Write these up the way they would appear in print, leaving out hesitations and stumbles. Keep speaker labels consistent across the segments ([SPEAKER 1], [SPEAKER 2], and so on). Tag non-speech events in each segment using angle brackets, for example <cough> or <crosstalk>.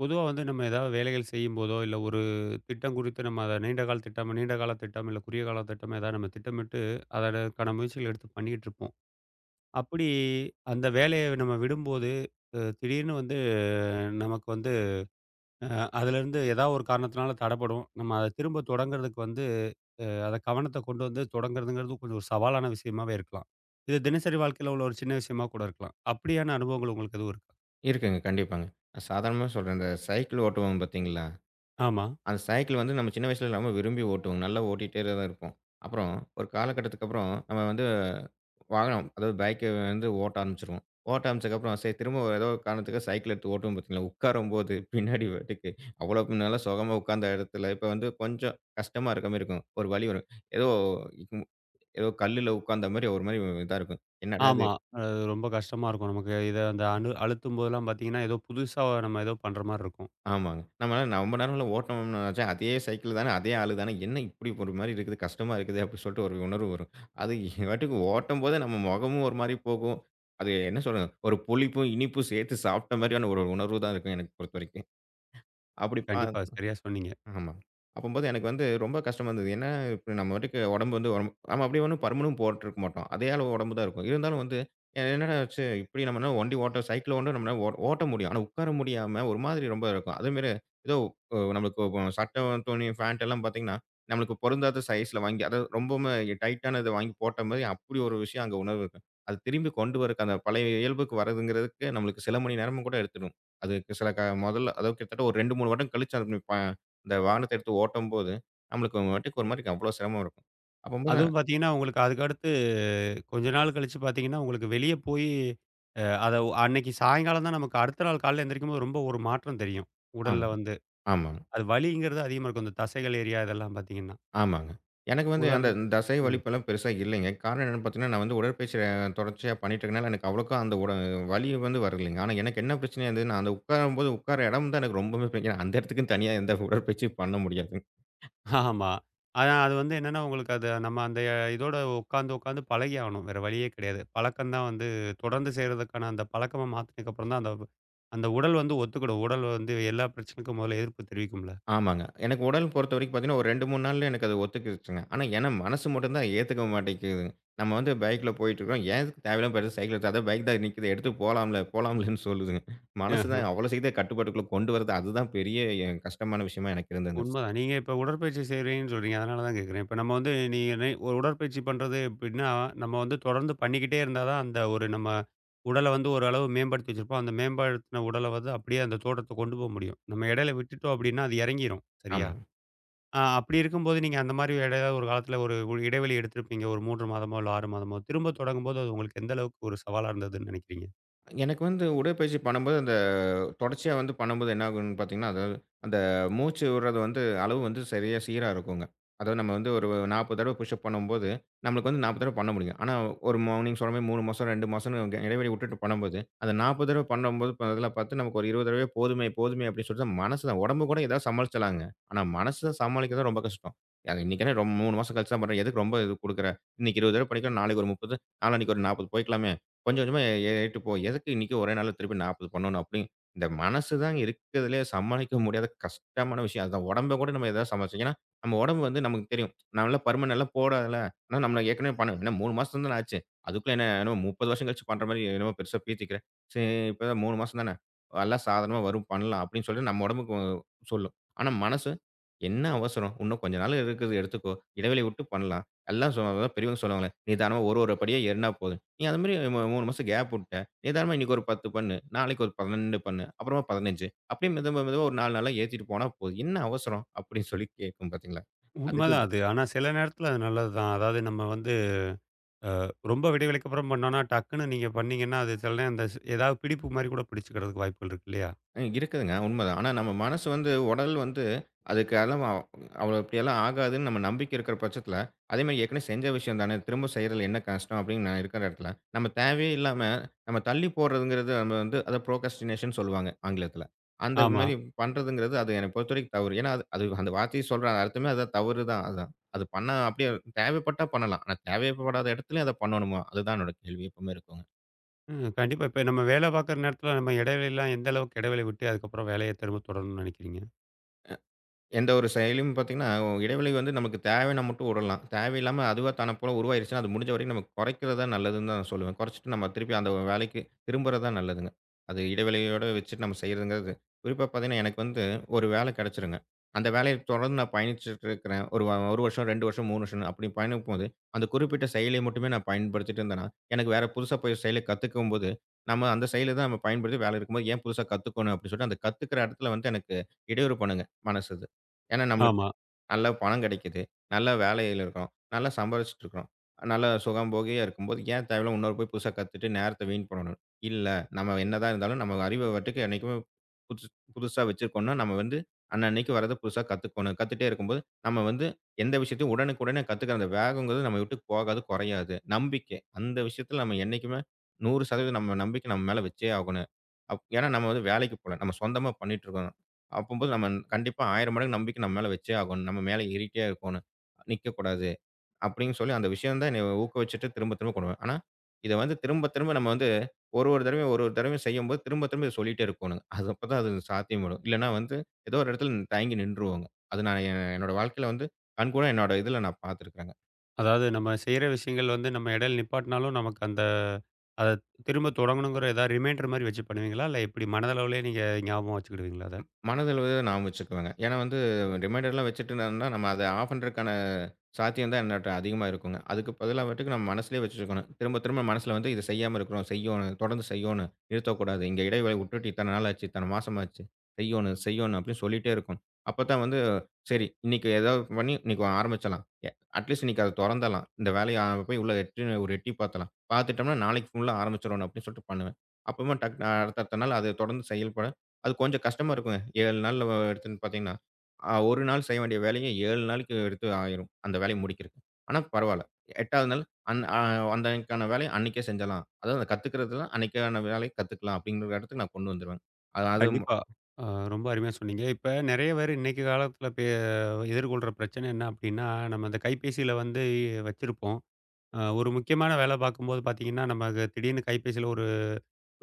[SPEAKER 1] பொதுவா வந்து நம்ம ஏதாவது வேலைகள் செய்யும்போதோ, இல்ல ஒரு திட்டம் குறித்து நம்ம அத நீண்ட கால திட்டம், இல்ல குறுகிய கால திட்டம் ஏதாவது நம்ம திட்டமிட்டு அதற்கான முயற்சிகள் எடுத்து பண்ணிக்கிட்டு இருப்போம். அப்படி அந்த வேலைய நம்ம விடும்போது, திடீர்னு வந்து நமக்கு வந்து அ அதுலேருந்து ஏதாவது ஒரு காரணத்தினால தடப்படும். நம்ம அத திரும்ப தொடங்குறதுக்கு வந்து அத கவனத்த கொண்டு வந்து தொடங்குறதுங்கிறது கொஞ்சம் ஒரு சவாலான விஷயமாவே இருக்கலாம். இது தினசரி வாழ்க்கையில உள்ள ஒரு சின்ன விஷயமா கூட இருக்கலாம். அப்படியான அனுபவங்கள் உங்களுக்கு எதுவும் இருக்கா?
[SPEAKER 2] இருக்குங்க. கண்டிப்பாங்க. நான் சாதாரணமா சொல்றேன். இந்த சைக்கிள் ஓட்டுவோம் பார்த்தீங்களா?
[SPEAKER 1] ஆமா.
[SPEAKER 2] அந்த சைக்கிள் வந்து நம்ம சின்ன வயசுல நம்ம விரும்பி ஓட்டுவோம். நல்லா ஓட்டிட்டே தான் இருப்போம். அப்புறம் ஒரு காலகட்டத்துக்கு அப்புறம் நம்ம வந்து வாகனம், அதாவது பைக்க வந்து ஓட்ட ஆரம்பிச்சுருவோம். ஓட்ட ஆரம்பிச்சதுக்கப்புறம் சரி திரும்ப ஏதோ ஒரு காரணத்துக்கு சைக்கிள் எடுத்து ஓட்டுவோம் பார்த்தீங்களா? உட்காரும்போது பின்னாடி பாட்டுக்கு அவ்வளோ நல்லா சுகமா உட்கார்ந்த இடத்துல இப்போ வந்து கொஞ்சம் கஷ்டமா இருக்க மாரி இருக்கும். ஒரு வலி வரும். ஏதோ ஏதோ கல்லுல உட்கார்ந்த மாரி ஒரு மாரி இதா இருக்கும். என்னடா இது?
[SPEAKER 1] ஆமா. அது ரொம்ப கஷ்டமா இருக்கும் நமக்கு. இத அந்த அழுத்தும்போதெல்லாம் பார்த்தீங்கன்னா, ஏதோ புதுசா நம்ம ஏதோ பண்ற மாரி இருக்கும்.
[SPEAKER 2] ஆமாங்க. நம்ம ரொம்ப நேரம்ல ஓட்டணும்னு நெனச்சா, அதே சைக்கிள் தானே, அதே ஆளு தானே, என்ன இப்படி ஒரு மாரி இருக்குது, கஷ்டமா இருக்குது அப்படின்னு சொல்லிட்டு ஒரு உணர்வு வரும். அது <laughs> பாட்டுக்கு ஓட்டும்போதே நம்ம முகமும் ஒரு மாரி போகும். அது என்ன சொல்றது, ஒரு புளிப்பும், இனிப்பும் சேர்த்து சாப்பிட்ட மாரியான ஒரு உணர்வு தான் இருக்கும் எனக்கு பொறுத்தவரைக்கும். அப்படி
[SPEAKER 1] கண்டிப்பா சரியா சொன்னீங்க.
[SPEAKER 2] ஆமா. அப்பம்போது எனக்கு வந்து ரொம்ப கஷ்டமா இருந்தது. ஏன்னா, இப்ப நம்ம பாட்டுக்கு உடம்பு வந்து ஒரம் நம்ம அப்படியே ஒண்ணும் பருமனும் போட்டுருக்க மாட்டோம். அதே அளவு உடம்பு தான் இருக்கும். இருந்தாலும் வந்து என்னடா ஆச்சு, இப்படி நம்மனா வண்டி ஓட்ட சைக்கிள் வந்து நம்மனா ஓட்ட முடியும். ஆனா உட்கார முடியாம ஒரு மாதிரி ரொம்ப இருக்கும். அதேமாரி ஏதோ நம்மளுக்கு சட்டை, துணி, ஃபேண்ட் எல்லாம் பார்த்தீங்கன்னா, நம்மளுக்கு பொருந்தாத சைஸ்ல வாங்கி அதாவது ரொம்பவுமே டைட்டான இத வாங்கி போட்ட மாரி அப்படி ஒரு விஷயம் அங்க உணர்வு இருக்கும். அது திரும்பி கொண்டு வரக்கு அந்த பழைய இயல்புக்கு வரதுங்கிறதுக்கு நம்மளுக்கு சில மணி நேரமும் கூட எடுத்துடும். அதுக்கு சில க முதல்ல அதாவது கிட்டத்தட்ட ஒரு 2, 3 வருடம் கழிச்சு அது ப இந்த வாகனத்த எடுத்து ஓட்டும்போது, நம்மளுக்கு வட்டுக்கு ஒரு மாரிக்கு அவ்ளோ சிரமம் இருக்கும். அப்பம்போது
[SPEAKER 1] அதுவும் பார்த்தீங்கன்னா, உங்களுக்கு அதுக்கு அடுத்து கொஞ்ச நாள் கழிச்சு பார்த்தீங்கன்னா, உங்களுக்கு வெளிய போயி அ அத அன்னைக்கு சாயங்காலம் தான் நமக்கு அடுத்த நாள் காலையில எந்திரிக்கும்போது ரொம்ப ஒரு மாற்றம் தெரியும். உடல்ல
[SPEAKER 2] ஆமாங்க,
[SPEAKER 1] வந்து.
[SPEAKER 2] ஆமாங்க,
[SPEAKER 1] அது வலிங்கிறது அதிகமா இருக்கும். இந்த தசைகள் ஏரியா இதெல்லாம் பார்த்தீங்கன்னா.
[SPEAKER 2] ஆமாங்க. எனக்கு வந்து
[SPEAKER 1] உதாரண
[SPEAKER 2] அந்த தசை
[SPEAKER 1] ம்.
[SPEAKER 2] வலிப்பெல்லாம் பெருசா இல்லைங்க. காரணம் என்னன்னு பார்த்தீங்கன்னா, நான் வந்து உடற்பயிற்சி தொடர்ச்சியா பண்ணிட்டு இருக்கனால, எனக்கு அவ்வளோக்கா அந்த வலி வந்து வரலைங்க. ஆனா எனக்கு என்ன பிரச்சனை இருந்ததுன்னா, அந்த உட்காரும்போது உட்கார இடம் தான் எனக்கு ரொம்பவே பிரச்சனை. அந்த இடத்துக்குன்னு தனியா எந்த உடற்பயிற்சியும் பண்ண முடியாது.
[SPEAKER 1] ஆமா. ஆனா அது வந்து என்னன்னா, உங்களுக்கு அது நம்ம அந்த இதோட உட்காந்து, உட்காந்து பழகி ஆகணும். வேற வழியே கிடையாது. பழக்கம் தான் வந்து தொடர்ந்து செய்றதுக்கான அந்த பழக்கமா மாத்துனதுக்கப்புறம் தான், அந்த அந்த உடல் வந்து ஒத்துக்கிடும். உடல் வந்து எல்லா பிரச்சனைக்கும் முதல்ல எதிர்ப்பு தெரிவிக்கும்ல.
[SPEAKER 2] ஆமாங்க. எனக்கு உடல் பொறுத்தவரைக்கும் பார்த்தீங்கன்னா, ஒரு 2, 3 நாள்ல எனக்கு அது ஒத்துக்கிருச்சுங்க. ஆனா, ஏன்னா மனசு மட்டும் தான் ஏத்துக்க மாட்டேங்குதுங்க. நம்ம வந்து பைக்ல போயிட்டுருக்கோம். ஏன் எதுக்கு தேவையில்லாம பெருசா சைக்கிள் எடுத்து, அதான் பைக் தான் நிக்குது. எடுத்து போலாம்ல, போலாம்லன்னு சொல்லுதுங்க. மனசு
[SPEAKER 1] ம்.
[SPEAKER 2] தான் அவ்வளோ சீக்கிரம் கட்டுப்பாட்டுக்குள்ள கொண்டு வரது, அதுதான் பெரிய கஷ்டமான விஷயமா எனக்கு இருந்ததுங்க.
[SPEAKER 1] உண்மதான். நீங்க இப்ப உடற்பயிற்சி செய்றீங்கன்னு சொல்றீங்க. அதனால தான் கேட்கிறேன். இப்ப நம்ம வந்து நீங்க நை ஒரு உடற்பயிற்சி பண்றது எப்படின்னா, நம்ம வந்து தொடர்ந்து பண்ணிக்கிட்டே இருந்தா தான், அந்த ஒரு நம்ம உடல வந்து ஓரளவு மேம்படுத்தி வச்சிருப்போம். அந்த மேம்படுத்தின உடல வந்து அப்படியே அந்த தோற்றத்த கொண்டு போக முடியும். நம்ம இடையில விட்டுட்டோம் அப்படின்னா, அது இறங்கிரும். சரியா?
[SPEAKER 2] ஆமா.
[SPEAKER 1] அப்படி இருக்கும்போது நீங்க அந்த மாதிரி ஏதாவது ஒரு காலத்துல ஒரு ஒரு இடைவெளி எடுத்திருப்பீங்க. ஒரு 3 மாதமோ, இல்ல 6 மாதமோ. திரும்ப தொடங்கும்போது அது உங்களுக்கு எந்த அளவுக்கு ஒரு சவாலா இருந்ததுன்னு நினைக்கிறீங்க?
[SPEAKER 2] எனக்கு வந்து உடற்பயிற்சி பண்ணும்போது, அந்த தொடர்ச்சியா வந்து பண்ணும்போது என்ன ஆகும்ன்னு பார்த்தீங்கன்னா, அதாவது அந்த மூச்சு விடுறது வந்து அளவு வந்து சரியா சீரா இருக்குங்க. அதாவது நம்ம வந்து ஒரு 40 தடவ புஷ்அப் பண்ணும்போது, நம்மளுக்கு வந்து 40 தடவ பண்ண முடியும். ஆனா ஒரு நீங்க சொல்ற மாரி 3 மாசம், 2 மாசம்ன்னு இடைவெளி விட்டுட்டு பண்ணும்போது, அந்த 40 தடவ பண்ணும்போது அதெல்லா பார்த்து நமக்கு ஒரு 20 தடவையே போதுமே, போதுமே அப்படின்னு சொல்லிட்டு தான் மனசு தான் உடம்பு கூட ஏதாவது சமாளிச்சலாங்க. ஆனா மனச சமாளிக்கிறது தான் ரொம்ப கஷ்டம். அது இன்னைக்கு என்ன 3 மாசம் கழிச்சு தான் பண்றேன். எதுக்கு ரொம்ப இது குடுக்குற? இன்னைக்கு 20 தடவ பண்ணிக்கலாம், நாளைக்கு ஒரு 30, நாளான்னைக்கு ஒரு 40 போய்க்கலாமே! கொஞ்சம் கொஞ்சமா ஏறிட்டு போய், எதுக்கு இன்னைக்கு ஒரே நாள்ல திருப்பி 40 பண்ணணும் அப்படின்னு, இந்த மனசு தான் இருக்கிறதுலயே சமாளிக்க முடியாத கஷ்டமான விஷயம். அதுதான் உடம்ப கூட நம்ம ஏதாவது சமாளிச்சோம். ஏன்னா, நம்ம உடம்பு வந்து நமக்கு தெரியும். நான்லாம் பருமன் எல்லாம் போடாதல. ஆனா நம்மள ஏற்கனவே பண்ண என்ன 3 மாசம் தானே ஆச்சு. அதுக்குள்ள என்ன என்னமோ 30 வருஷம் கழிச்சு பண்ற மாரி என்னமோ பெருசா பீத்திக்கிற. சரி இப்பதான் 3 மாசம் தானே. எல்லாம் சாதாரணமா வரும் பண்ணலாம் அப்படின்னு சொல்லிட்டு நம்ம உடம்புக்கு சொல்லும். ஆனா மனசு, என்ன அவசரம்? இன்னும் கொஞ்ச நாள் இருக்குது எடுத்துக்கோ. இடைவெளி விட்டு பண்ணலாம். எல்லாம் பெரியவங்க சொல்லுவாங்களே, நிதானமா ஒரு ஒரு படியா ஏறுனா போதும். நீ அது மாரி 3 மாசம் கேப் வுட்ட. நிதானமா இன்னைக்கு ஒரு 10 பண்ணு. நாளைக்கு ஒரு 12 பண்ணு. அப்புறமா 15 அப்படியே மெது மெதுவா ஒரு 4 நாளா ஏத்திட்டு போனா போதும். என்ன அவசரம்? அப்படின்னு சொல்லி கேட்கும் பார்த்தீங்களா? அதுக்கு
[SPEAKER 1] உண்மதான் அது. ஆனா சில நேரத்துல அது நல்லது தான். அதாவது நம்ம வந்து ரொம்ப விடைவெளிக்கு அப்புறம் பண்ணோம்னா, டக்குன்னு நீங்க பண்ணீங்கன்னா, அது சில நேரம் அந்த ஸ் ஏதாவது பிடிப்பு மாரி கூட பிடிச்சுக்கிறதுக்கு வாய்ப்புகள் இருக்கு இல்லையா?
[SPEAKER 2] ம். இருக்குதுங்க. உண்மதான். ஆனா நம்ம மனசு வந்து உடல் வந்து அதுக்கு அதெல்லாம் அவ்வளோ இப்படியெல்லாம் ஆகாதுன்னு நம்ம நம்பிக்கை இருக்கிற பட்சத்தில, அதேமாரி ஏற்கனவே செஞ்ச விஷயம் தானே! திரும்ப செய்றதில என்ன கஷ்டம் அப்படின்னு நான் இருக்கிற இடத்துல, நம்ம தேவையே இல்லாம நம்ம தள்ளி போடுறதுங்கிறது நம்ம வந்து அத ப்ரோக்ரஸ்டினேஷன் சொல்லுவாங்க ஆங்கிலத்தில. அந்த
[SPEAKER 1] ஆமா.
[SPEAKER 2] மாரி பண்றதுங்கிறது அது என்னை பொறுத்தவரைக்கும் தவறு. ஏன்னா அது அது அந்த வார்த்தையை சொல்ற அர்த்தமே அதான் தவறு தான் அதான். அது பண்ணா அப்படியே தேவைப்பட்டா பண்ணலாம். ஆனா தேவைப்படாத இடத்துலயும் அத பண்ணணுமா? அதுதான் என்னோட கேள்வி எப்பவுமே இருக்குங்க.
[SPEAKER 1] ம். கண்டிப்பா. இப்ப நம்ம வேலை பார்க்குற நேரத்துல நம்ம இடைவெளிலாம் எந்த அளவுக்கு இடைவெளி விட்டு அதுக்கப்புறம் வேலைய திரும்ப தொடரணும்னு நினைக்கிறீங்க?
[SPEAKER 2] எந்த ஒரு செயலும் பார்த்தீங்கன்னா, இடைவெளி வந்து நமக்கு தேவைன்னா மட்டும் விடலாம். தேவையில்லாம அதுவா தான போல உருவாயிருச்சுன்னா, அது முடிஞ்ச வரைக்கும் நம்ம குறைக்கிறது தான் நல்லதுன்னு தான் நான் சொல்லுவேன். குறைச்சிட்டு நம்ம திருப்பி அந்த வேலைக்கு திரும்புறது தான் நல்லதுங்க. அது இடைவெளியோட வச்சுட்டு நம்ம செய்றதுங்கிறது குறிப்பா பார்த்தீங்கன்னா, எனக்கு வந்து ஒரு வேலை கிடைச்சிருங்க. அந்த வேலைய தொடர்ந்து நான் பயணிச்சுட்டு இருக்கிறேன். ஒரு 1 வருஷம், 2 வருஷம், 3 வருஷம்னு அப்படி பயணிக்கும்போது, அந்த குறிப்பிட்ட செயலை மட்டுமே நான் பயன்படுத்திட்டு இருந்தேன்னா, எனக்கு வேற புதுசா போய் செயலை கத்துக்கும்போது, நம்ம அந்த செயல தான் நம்ம பயன்படுத்தி வேலை இருக்கும்போது, ஏன் புதுசா கத்துக்கணும் அப்படின்னு சொல்லிட்டு, அந்த கத்துக்கிற இடத்துல வந்து எனக்கு இடையூறு பண்ணுங்க மனசு. ஏன்னா, நம்மளுக்கு
[SPEAKER 1] ஆமா.
[SPEAKER 2] நல்ல பணம் கிடைக்குது. நல்ல வேலையில இருக்கிறோம். நல்லா சம்பாரிச்சுட்டு இருக்கிறோம். நல்ல சுகம் போகியா இருக்கும்போது, ஏன் தேவையில்லாம இன்னொரு போய் புதுசா கத்துட்டு நேரத்த வீண் பண்ணணும்? இல்ல. நம்ம என்னதான் இருந்தாலும் நம்ம அறிவ பாட்டுக்கு என்னைக்குமே புதுசு புதுசா வச்சிருக்கோம்னா, நம்ம வந்து அன்னன்னைக்கு வர்றத புதுசா கத்துக்கணும். கத்துட்டே இருக்கும்போது, நம்ம வந்து எந்த விஷயத்தையும் உடனுக்குடனே கத்துக்கிற அந்த வேகங்கிறது நம்ம விட்டு போகாது, குறையாது. நம்பிக்கை. அந்த விஷயத்துல நம்ம என்னைக்குமே 100% நம்ம நம்பிக்கை நம்ம மேல வச்சே ஆகணும். ஏன்னா, நம்ம வந்து வேலைக்கு போல. நம்ம சொந்தமா பண்ணிட்டு இருக்கோம். அப்பம்போது நம்ம கண்டிப்பா 1000 மடங்கு நம்பிக்கை நம்ம மேல வச்சே ஆகணும். நம்ம மேல ஏறிட்டே இருக்கோணும். நிக்கக்கூடாது அப்படின்னு சொல்லி அந்த விஷயம் தான் என்னைய ஊக்குவிச்சுட்டு திரும்ப திரும்ப கொண்டு வரும். ஆனா, இத வந்து திரும்ப திரும்ப நம்ம வந்து ஒரு ஒரு தடவையும் ஒரு ஒரு தடவையும் செய்யும்போது திரும்ப திரும்ப இத சொல்லிட்டே இருக்கோணுங்க. அது அப்பதான் அது சாத்தியப்படும். இல்லன்னா வந்து ஏதோ ஒரு இடத்துல தயங்கி நின்றுவோங்க. அது நான் என்னோட வாழ்க்கையில வந்து கண்கூடா என்னோட இதுல நான் பார்த்துருக்கிறேங்க.
[SPEAKER 1] அதாவது நம்ம செய்ற விஷயங்கள் வந்து நம்ம இடையில நிப்பாட்டினாலும் நமக்கு அந்த அத திரும்ப தொடங்கணுங்கிற ஏதாவது ரிமைண்டர் மாரி வச்சு பண்ணுவீங்களா? இல்ல எப்படி மனதளவுலயே நீங்க ஞாபகம் வச்சுக்கிடுவீங்களா அத?
[SPEAKER 2] மனதளவுல ஞாபகம் வச்சுக்குவேங்க. ஏன்னா வந்து ரிமைண்டர்லாம் வச்சுட்டு இருந்தோம்னா நம்ம அத ஆஃப் பண்றதுக்கான சாத்தியம் தான் என்னட்ட அதிகமா இருக்குங்க. அதுக்கு பதிலா வந்துட்டு நம்ம மனசுலயே வச்சுருக்கணும். திரும்ப திரும்ப மனசுல வந்து இத செய்யாம இருக்கிறோம், செய்யணும், தொடர்ந்து செய்யணும், நிறுத்தக்கூடாது. இங்க இடைவேளை விட்டுட்டு இத்தன நாள் ஆச்சு, இத்தன மாசம் ஆச்சு, செய்யணும், செய்யணும் அப்படின்னு சொல்லிட்டே இருக்கணும். அப்பதான் வந்து சரி இன்னைக்கு ஏதாவது பண்ணி இன்னைக்கு ஆரம்பிச்சலாம். அட்லீஸ்ட் இன்னைக்கு அத தொறந்தரலாம். இந்த வேலைய போய் உள்ள எட்டி ஒரு எட்டி பார்த்தரலாம். பார்த்துட்டோம்னா நாளைக்கு ஃபுல்லா ஆரம்பிச்சிரணும் அப்படின்னு சொல்லிட்டு பண்ணுவேன். அப்பறமா அடுத்தடுத்த நாள் அத தொடர்ந்து செயல்பட அது கொஞ்சம் கஷ்டமா இருக்குங்க. 7 நாள்ல எடுத்துன்னு பார்த்தீங்கன்னா ஆ 1 நாள் செய்ய வேண்டிய வேலைய 7 நாளைக்கு எடுத்து ஆயிரும். அந்த வேலைய முடிக்கிறக்கு. ஆனா பரவால்ல. 8வது நாள் அன் அ அந்த அன்னைக்கான வேலைய அன்னைக்கே செஞ்சரலாம். அதாவது அந்த கத்துக்கிறதுலாம் அன்னைக்கான வேலைய கத்துக்கலாம் அப்படிங்கிற இடத்துக்கு நான் கொண்டு வந்துருவேன். அது அது
[SPEAKER 1] கண்டிப்பா. ஆ ரொம்ப அருமையா சொன்னீங்க. இப்ப நெறைய பேர் இன்னைக்கு காலத்தில எதிர்கொள்ற பிரச்சனை என்ன அப்படின்னா, நம்ம அந்த கைபேசியில வந்து வச்சிருப்போம். ஒரு முக்கியமான வேலை பார்க்கும்போது பார்த்தீங்கன்னா, நமக்கு திடீர்னு கைபேசியில ஒரு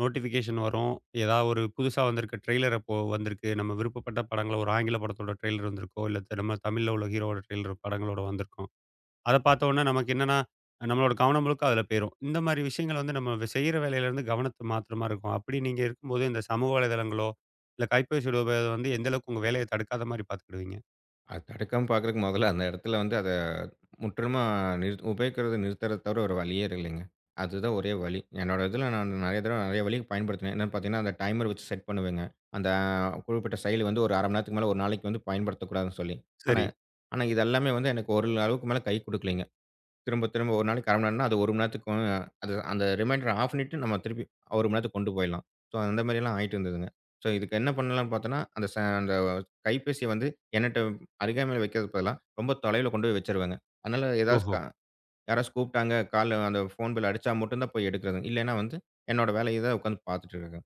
[SPEAKER 1] நோட்டிஃபிகேஷன் வரும். ஏதாவது ஒரு புதுசா வந்திருக்க ட்ரெய்லர் அப்போ வந்திருக்கு. நம்ம விருப்பப்பட்ட படங்கள ஒரு ஆங்கில படத்தோட ட்ரெய்லர் வந்திருக்கோ, இல்ல நம்ம தமிழ்ல உள்ள ஹீரோவோட ட்ரெய்லர் படங்களோட வந்திருக்கும். அத பார்த்தோன்னா நமக்கு என்னன்னா, நம்மளோட கவனம் முழுக்க அதில போயிரும். இந்த மாரி விஷயங்கள் வந்து நம்ம செய்ற வேலையிலேருந்து கவனத்த மாத்துற மாரி இருக்கும். அப்படி நீங்க இருக்கும்போது இந்த சமூக வலைதளங்களோ, இல்ல கைபேசியோட உபயோகம் வந்து எந்த அளவுக்கு உங்க வேலைய தடுக்காத மாரி பார்த்துக்கிடுவீங்க?
[SPEAKER 2] அது தடுக்காம பார்க்குறதுக்கு முதல்ல அந்த இடத்துல வந்து அத முற்றிலுமா உபயோகிக்கிறத நிறுத்துறத தவிர ஒரு வழியே இல்லைங்க. அதுதான் ஒரே வழி. என்னோட இதில நான் நெறைய தடவ நெறைய வழிக்கு பயன்படுத்தினேன். என்னன்னு பார்த்தீங்கன்னா, அந்த டைமர் வச்சு செட் பண்ணுவேங்க. அந்த குறிப்பிட்ட செயலி வந்து ஒரு 1/2 மணி நேரத்துக்கு மேல ஒரு நாளைக்கு வந்து பயன்படுத்தக்கூடாதுன்னு சொல்லி. ஆனா
[SPEAKER 1] சரி.
[SPEAKER 2] ஆனா இது எல்லாமே வந்து எனக்கு ஒரு அளவுக்கு மேல கை குடுக்கலைங்க. திரும்ப, திரும்ப ஒரு நாளைக்கு 1/2 மணி நேரம்னா, அது 1 மணி நேரத்துக்கு அது அந்த ரிமைண்டர ஆஃப் பண்ணிட்டு நம்ம திருப்பி 1 மணி நேரத்துக்கு கொண்டு போயிடலாம். ஸோ, அந்த மாரியெல்லாம் ஆயிட்டு இருந்ததுங்க. ஸோ, இதுக்கு என்ன பண்ணலாம்னு பார்த்தோம்னா, அந்த கைபேசிய வந்து என்னட்ட அருகாமையில வைக்கிறதுக்கு பதிலா, ரொம்ப தொலைவில கொண்டு போய் வச்சுருவேங்க. அதனால ஏதாவது
[SPEAKER 1] ஓஹோ!
[SPEAKER 2] க யாராவது கூப்பிட்டாங்க, கால்ல அந்த ஃபோன் பெல் அடிச்சா மட்டும் தான் போய் எடுக்கிறது. இல்லைன்னா வந்து என்னோட வேலைய தான் உட்காந்து பார்த்துட்டு இருக்கேன்.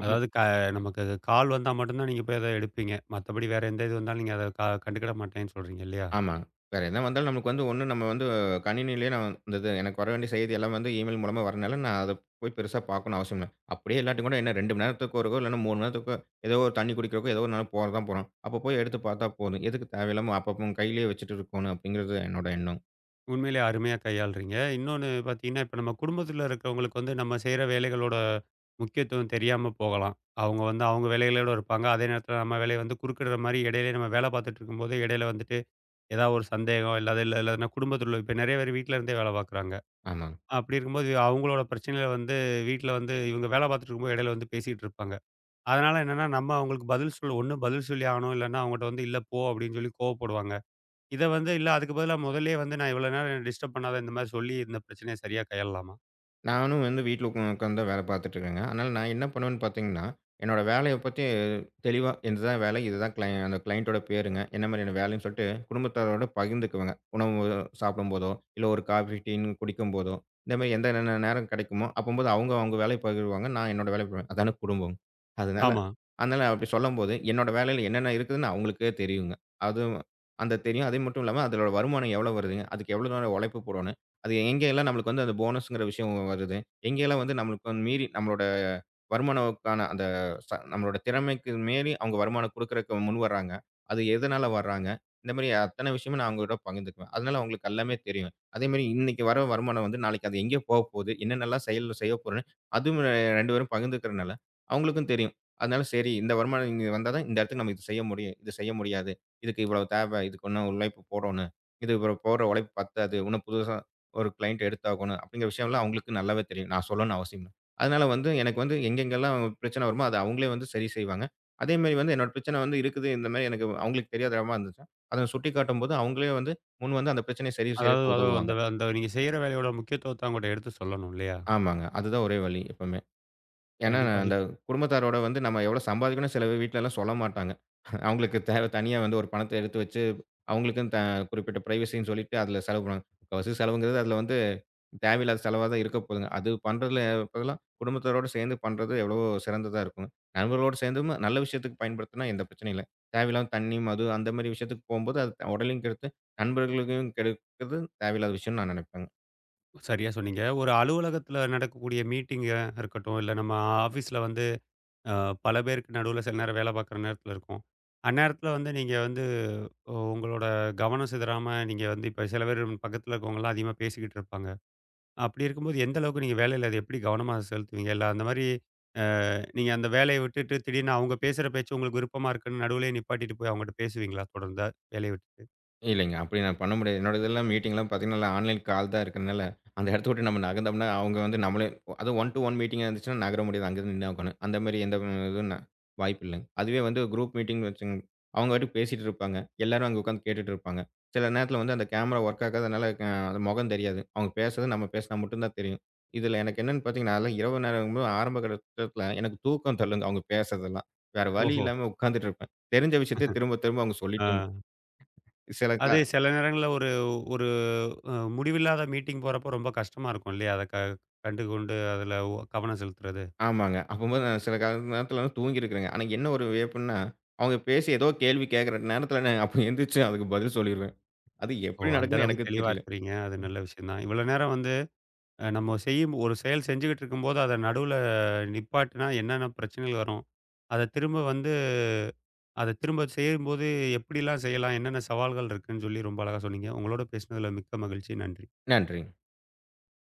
[SPEAKER 2] அப்ப
[SPEAKER 1] அதாவது நமக்கு கால் வந்தா மட்டும் தான் நீங்க போய் அத எடுப்பீங்க. மத்தபடி வேற எந்த இது வந்தாலும் நீங்க அத கண்டுக்கிட மாட்டேன்னு சொல்றீங்க இல்லையா?
[SPEAKER 2] ஆமாங்க. வேற என்ன வந்தாலும் நமக்கு வந்து ஒண்ணு நம்ம வந்து கணினியிலேயே நான் இந்த இது எனக்கு வர வேண்டிய செய்தி எல்லாம் வந்து இமெயில் மூலமா வரனால, நான் அத போய் பெருசா பார்க்கணும்னு அவசியம் இல்ல. அப்படியே இல்லாட்டி கூட என்ன 2 மணி நேரத்துக்கு ஒருக்கோ, இல்லன்னா 3 மணி நேரத்துக்கு ஏதோ ஒரு தண்ணீ குடிக்கிறக்கோ, ஏதோ 1 நாள் போறது தான் போறோம். அப்ப போய் எடுத்து பார்த்தா போதும். எதுக்கு தேவையில்லாம அப்பப்ப கையிலேயே வச்சுட்டு இருக்கோணும் அப்படிங்கிறது என்னோட எண்ணம்.
[SPEAKER 1] உண்மையிலே அருமையா கையாளுறீங்க. இன்னொன்னு பார்த்தீங்கன்னா, இப்ப நம்ம குடும்பத்தில இருக்கிறவங்களுக்கு வந்து நம்ம செய்ற வேலைகளோட முக்கியத்துவம் தெரியாம போகலாம். அவங்க வந்து அவங்க வேலைகளோட இருப்பாங்க. அதே நேரத்தில நம்ம வேலைய வந்து குறுக்கிடுற மாரி இடையிலேயே நம்ம வேலை பார்த்துட்டு இருக்கும்போதே இடையில வந்துட்டு ஏதாவது ஒரு சந்தேகம் இல்லாத இல்ல இல்லாதன்னா குடும்பத்தில இப்ப நெறைய பேர் வீட்ல இருந்தே வேலை பார்க்குறாங்க.
[SPEAKER 2] ஆமா.
[SPEAKER 1] அப்படி இருக்கும்போது அவங்களோட பிரச்சனையில வந்து வீட்ல வந்து இவங்க வேலை பார்த்துட்டு இருக்கும்போது இடையில வந்து பேசிட்டு இருப்பாங்க. அதனால என்னன்னா, நம்ம அவங்களுக்கு பதில் சொல்ல ஒண்ணு பதில் சொல்லி ஆகணும். இல்லன்னா அவங்கட்ட வந்து "இல்ல போ" அப்படின்னு சொல்லி கோவப்படுவாங்க. இத வந்து இல்ல அதுக்கு பதிலா முதல்லயே வந்து நான் இவ்வளவு நேரம் என்ன டிஸ்டர்ப் பண்ணாத இந்த மாதிரி சொல்லி இந்த பிரச்சனைய சரியா கையாளலாமா?
[SPEAKER 2] நானும் வந்து வீட்ல உட்காந்து தான் வேலை பார்த்துட்டு இருக்கேங்க. அதனால நான் என்ன பண்ணுவேன்னு பார்த்தீங்கன்னா, என்னோட வேலைய பத்தி தெளிவா இதுதான் வேலை, இதுதான் கிளை அந்த கிளையண்டோட பேருங்க, என்ன மாதிரியான வேலைன்னு சொல்லிட்டு குடும்பத்தாரோட பகிர்ந்துக்குவேங்க. உணவு சாப்பிடும்போதோ, இல்ல ஒரு காஃபி, டீன்னு குடிக்கும்போதோ, இந்த மாரி எந்த நேரம் கிடைக்குமோ, அப்பம்போது அவங்க அவங்க வேலைய பகிர்வாங்க. நான் என்னோட வேலைய பகிர்வேன். அதான குடும்பம். அதனால
[SPEAKER 1] ஆமா.
[SPEAKER 2] அதனால அப்படி சொல்லும்போது, என்னோட வேலையில என்னென்ன இருக்குதுன்னு அவங்களுக்கே தெரியுங்க. அதுவும் அந்த தெரியும். அது மட்டும் இல்லாம அதோட வருமானம் எவ்வளோ வருதுங்க? அதுக்கு எவ்வளோ நேரம் உழைப்பு போடணும்? அது எங்கெல்லாம் நம்மளுக்கு வந்து அந்த போனஸ்ங்கிற விஷயம் வருது, எங்கெல்லாம் வந்து நம்மளுக்கு வந்து மீறி நம்மளோட வருமானம்க்கான அந்த நம்மளோட திறமைக்கு மீறி அவங்க வருமானம் குடுக்குறக்கு முன் வர்றாங்க. அது எதனால வர்றாங்க? இந்த மாரி அத்தன விஷயமும் நான் அவங்ககிட்ட பகிர்ந்துக்குவேன். அதனால அவங்களுக்கு எல்லாமே தெரியும். அதே மாரி இன்னைக்கு வர வருமானம் வந்து நாளைக்கு அது எங்கே போக போகுது? என்னென்னலாம் செயல் செய்ய போறேன்னு அதுவும் 2 பேரும் பகிர்ந்துக்கிறனால அவங்களுக்கும் தெரியும். அதனால சரி இந்த வருமானம் இங்க வந்தா தான் இந்த இடத்துக்கு நம்ம இது செய்ய முடியும். இது செய்ய முடியாது. இதுக்கு இவ்வளவு தேவை. இதுக்கு இன்னும் உழைப்பு போடணும். இது போடுற உழைப்பு பத்தாது. இன்னும் புதுசா ஒரு கிளையண்ட் எடுத்தாகணும் அப்படிங்கிற விஷயம்லாம் அவங்களுக்கு நல்லாவே தெரியும். நான் சொல்லணும்னு அவசியம் இல்ல. அதனால வந்து எனக்கு வந்து எங்கெங்கெல்லாம் பிரச்சனை வருமோ, அத அவங்களே வந்து சரி செய்வாங்க. அதேமாரி வந்து என்னோட பிரச்சனை வந்து இருக்குது. இந்த மாரி எனக்கு அவங்களுக்கு தெரியாதனமா இருந்துச்சுன்னா, அத சுட்டிக்காட்டும்போது அவங்களே வந்து முன் வந்து அந்த பிரச்சனைய சரி
[SPEAKER 1] அதாவது
[SPEAKER 2] செய்றதுக்கு
[SPEAKER 1] அது அந்த
[SPEAKER 2] உதவுவாங்க.
[SPEAKER 1] அந்த நீங்க செய்ற வேலையோட முக்கியத்துவத்த அவங்கட்ட எடுத்து சொல்லணும் இல்லையா?
[SPEAKER 2] ஆமாங்க. அதுதான் ஒரே வழி எப்பவுமே. ஏன்னா
[SPEAKER 1] கண்டிப்பா.
[SPEAKER 2] அந்த குடும்பத்தாரோட வந்து நம்ம எவ்வளோ சம்பாதிக்கணும் சில வீட்லலாம் சொல்ல மாட்டாங்க. அவங்களுக்கு தனியா வந்து ஒரு பணத்த எடுத்து வச்சு, அவங்களுக்குன்னு குறிப்பிட்ட பிரைவசின்னு சொல்லிட்டு அதில செலவு பண்ணுவாங்க. முக்காவாசி செலவுங்கிறது அதில வந்து தேவையில்லாத செலவா தான் இருக்க போதுங்க. அது பண்றதுல பதிலா குடும்பத்தாரோட சேர்ந்து பண்றது எவ்வளவோ சிறந்ததா இருக்குங்க. நண்பர்களோட சேர்ந்தும் நல்ல விஷயத்துக்கு பயன்படுத்தினா எந்த பிரச்சனையும் இல்ல. தேவையில்லாம தண்ணி, மது அந்த மாரி விஷயத்துக்கு போம்போது, அது உடலையும் கெடுத்து, நண்பர்களுக்கும் கெடுக்கிறது தேவையில்லாத விஷயம்னு நான் நினைப்பேங்க.
[SPEAKER 1] சரியா சொன்னீங்க. ஒரு அலுவலகத்துல நடக்கக்கூடிய மீட்டிங்கா இருக்கட்டும், இல்ல நம்ம ஆஃபீஸ்ல வந்து அ பல பேருக்கு நடுவுல சில நேரம் வேலை பார்க்குற நேரத்துல இருக்கும். அந்நேரத்துல வந்து நீங்க வந்து உங்களோட கவனம் சிதறாம நீங்க வந்து இப்ப சில பேர் பக்கத்துல இருக்கவங்கலாம் அதிகமா பேசிக்கிட்டு இருப்பாங்க. அப்படி இருக்கும்போது எந்த அளவுக்கு நீங்க வேலையில அத எப்படி கவனமா செலுத்துவீங்க? இல்ல அந்த மாரி அ நீங்க அந்த வேலைய விட்டுட்டு திடீர்னு அவங்க பேசுற பேச்சு உங்களுக்கு விருப்பமா இருக்குன்னு நடுவுலயே நிப்பாட்டிட்டு போய் அவங்கட்ட பேசுவீங்களா தொடர்ந்தா வேலைய விட்டுட்டு?
[SPEAKER 2] இல்லைங்க. அப்படி நான் பண்ண முடியாது. என்னோட இதெல்லாம் மீட்டிங்லாம் பார்த்தீங்கன்னா, ஆன்லைன் கால் தான் இருக்கறனால, அந்த இடத்த விட்டு நம்ம நகர்ந்தோம்னா, அவங்க வந்து நம்மளே அதுவும் 1 டூ 1 மீட்டிங்கா இருந்துச்சுன்னா நகர முடியாது. அங்க இருந்து நின்னு உட்காணும். அந்த மாரி எந்த இதுவும் ந- வாய்ப்பு இல்லைங்க. அதுவே வந்து குரூப் மீட்டிங்னு வச்சுங்க, அவங்க பாட்டுக்கு பேசிட்டு இருப்பாங்க. எல்லாரும் அங்க உட்கார்ந்து கேட்டுட்டு இருப்பாங்க. சில நேரத்தில வந்து அந்த கேமரா ஒர்க் ஆகாதனால அது முகம் தெரியாது. அவங்க பேசுறது நம்ம பேசினா மட்டும் தான் தெரியும். இதில எனக்கு என்னன்னு பார்த்தீங்கன்னா, அதெல்லாம் இரவு நேரங்கும்போது ஆரம்ப கட்டத்தில எனக்கு தூக்கம் தள்ளுங்க அவங்க பேசுறதெல்லாம். வேற வழி
[SPEAKER 1] ஓஹோ!
[SPEAKER 2] இல்லாம உட்கார்ந்துட்டு இருப்பேன். தெரிஞ்ச விஷயத்தையே திரும்ப திரும்ப அவங்க
[SPEAKER 1] ஆ
[SPEAKER 2] சொல்லிட்டு சில க
[SPEAKER 1] அது சில நேரங்கள்ல ஒரு ஒரு முடிவில்லாத மீட்டிங் போறப்போ ரொம்ப கஷ்டமா இருக்கும் இல்லையா? அத கண்டுகொண்டு அதுல கவனம் செலுத்துறது.
[SPEAKER 2] ஆமாங்க. அப்பம்போது நான் சில கால நேரத்துல வந்து தூங்கியிருக்கிறேங்க. ஆனா என்ன ஒரு வியப்புன்னா, அவங்க பேசி ஏதோ கேள்வி கேட்கிற நேரத்துல நான் அப்ப எந்திரிச்சு அதுக்கு பதில் சொல்லிருவேன். அது
[SPEAKER 1] ஓ!
[SPEAKER 2] எப்படி
[SPEAKER 1] அந்த
[SPEAKER 2] நடக்குன்னு
[SPEAKER 1] அளவுக்கு
[SPEAKER 2] எனக்கு
[SPEAKER 1] தெளிவா
[SPEAKER 2] தெரியல.
[SPEAKER 1] இருக்கிறீங்க. அது நல்ல விஷயம் தான். இவ்வளோ நேரம் வந்து நம்ம செய்யும் ஒரு செயல் செஞ்சுகிட்டு இருக்கும்போது அத நடுவுல நிப்பாட்டினா என்னென்ன பிரச்சனைகள் வரும்? அத திரும்ப வந்து அத திரும்ப செய்யும்போது எப்படிலாம் செய்யலாம்? என்னென்ன சவால்கள் இருக்குன்னு சொல்லி ரொம்ப அழகா சொன்னீங்க. உங்களோட பேசினதுல மிக்க மகிழ்ச்சி. நன்றி.
[SPEAKER 2] நன்றி.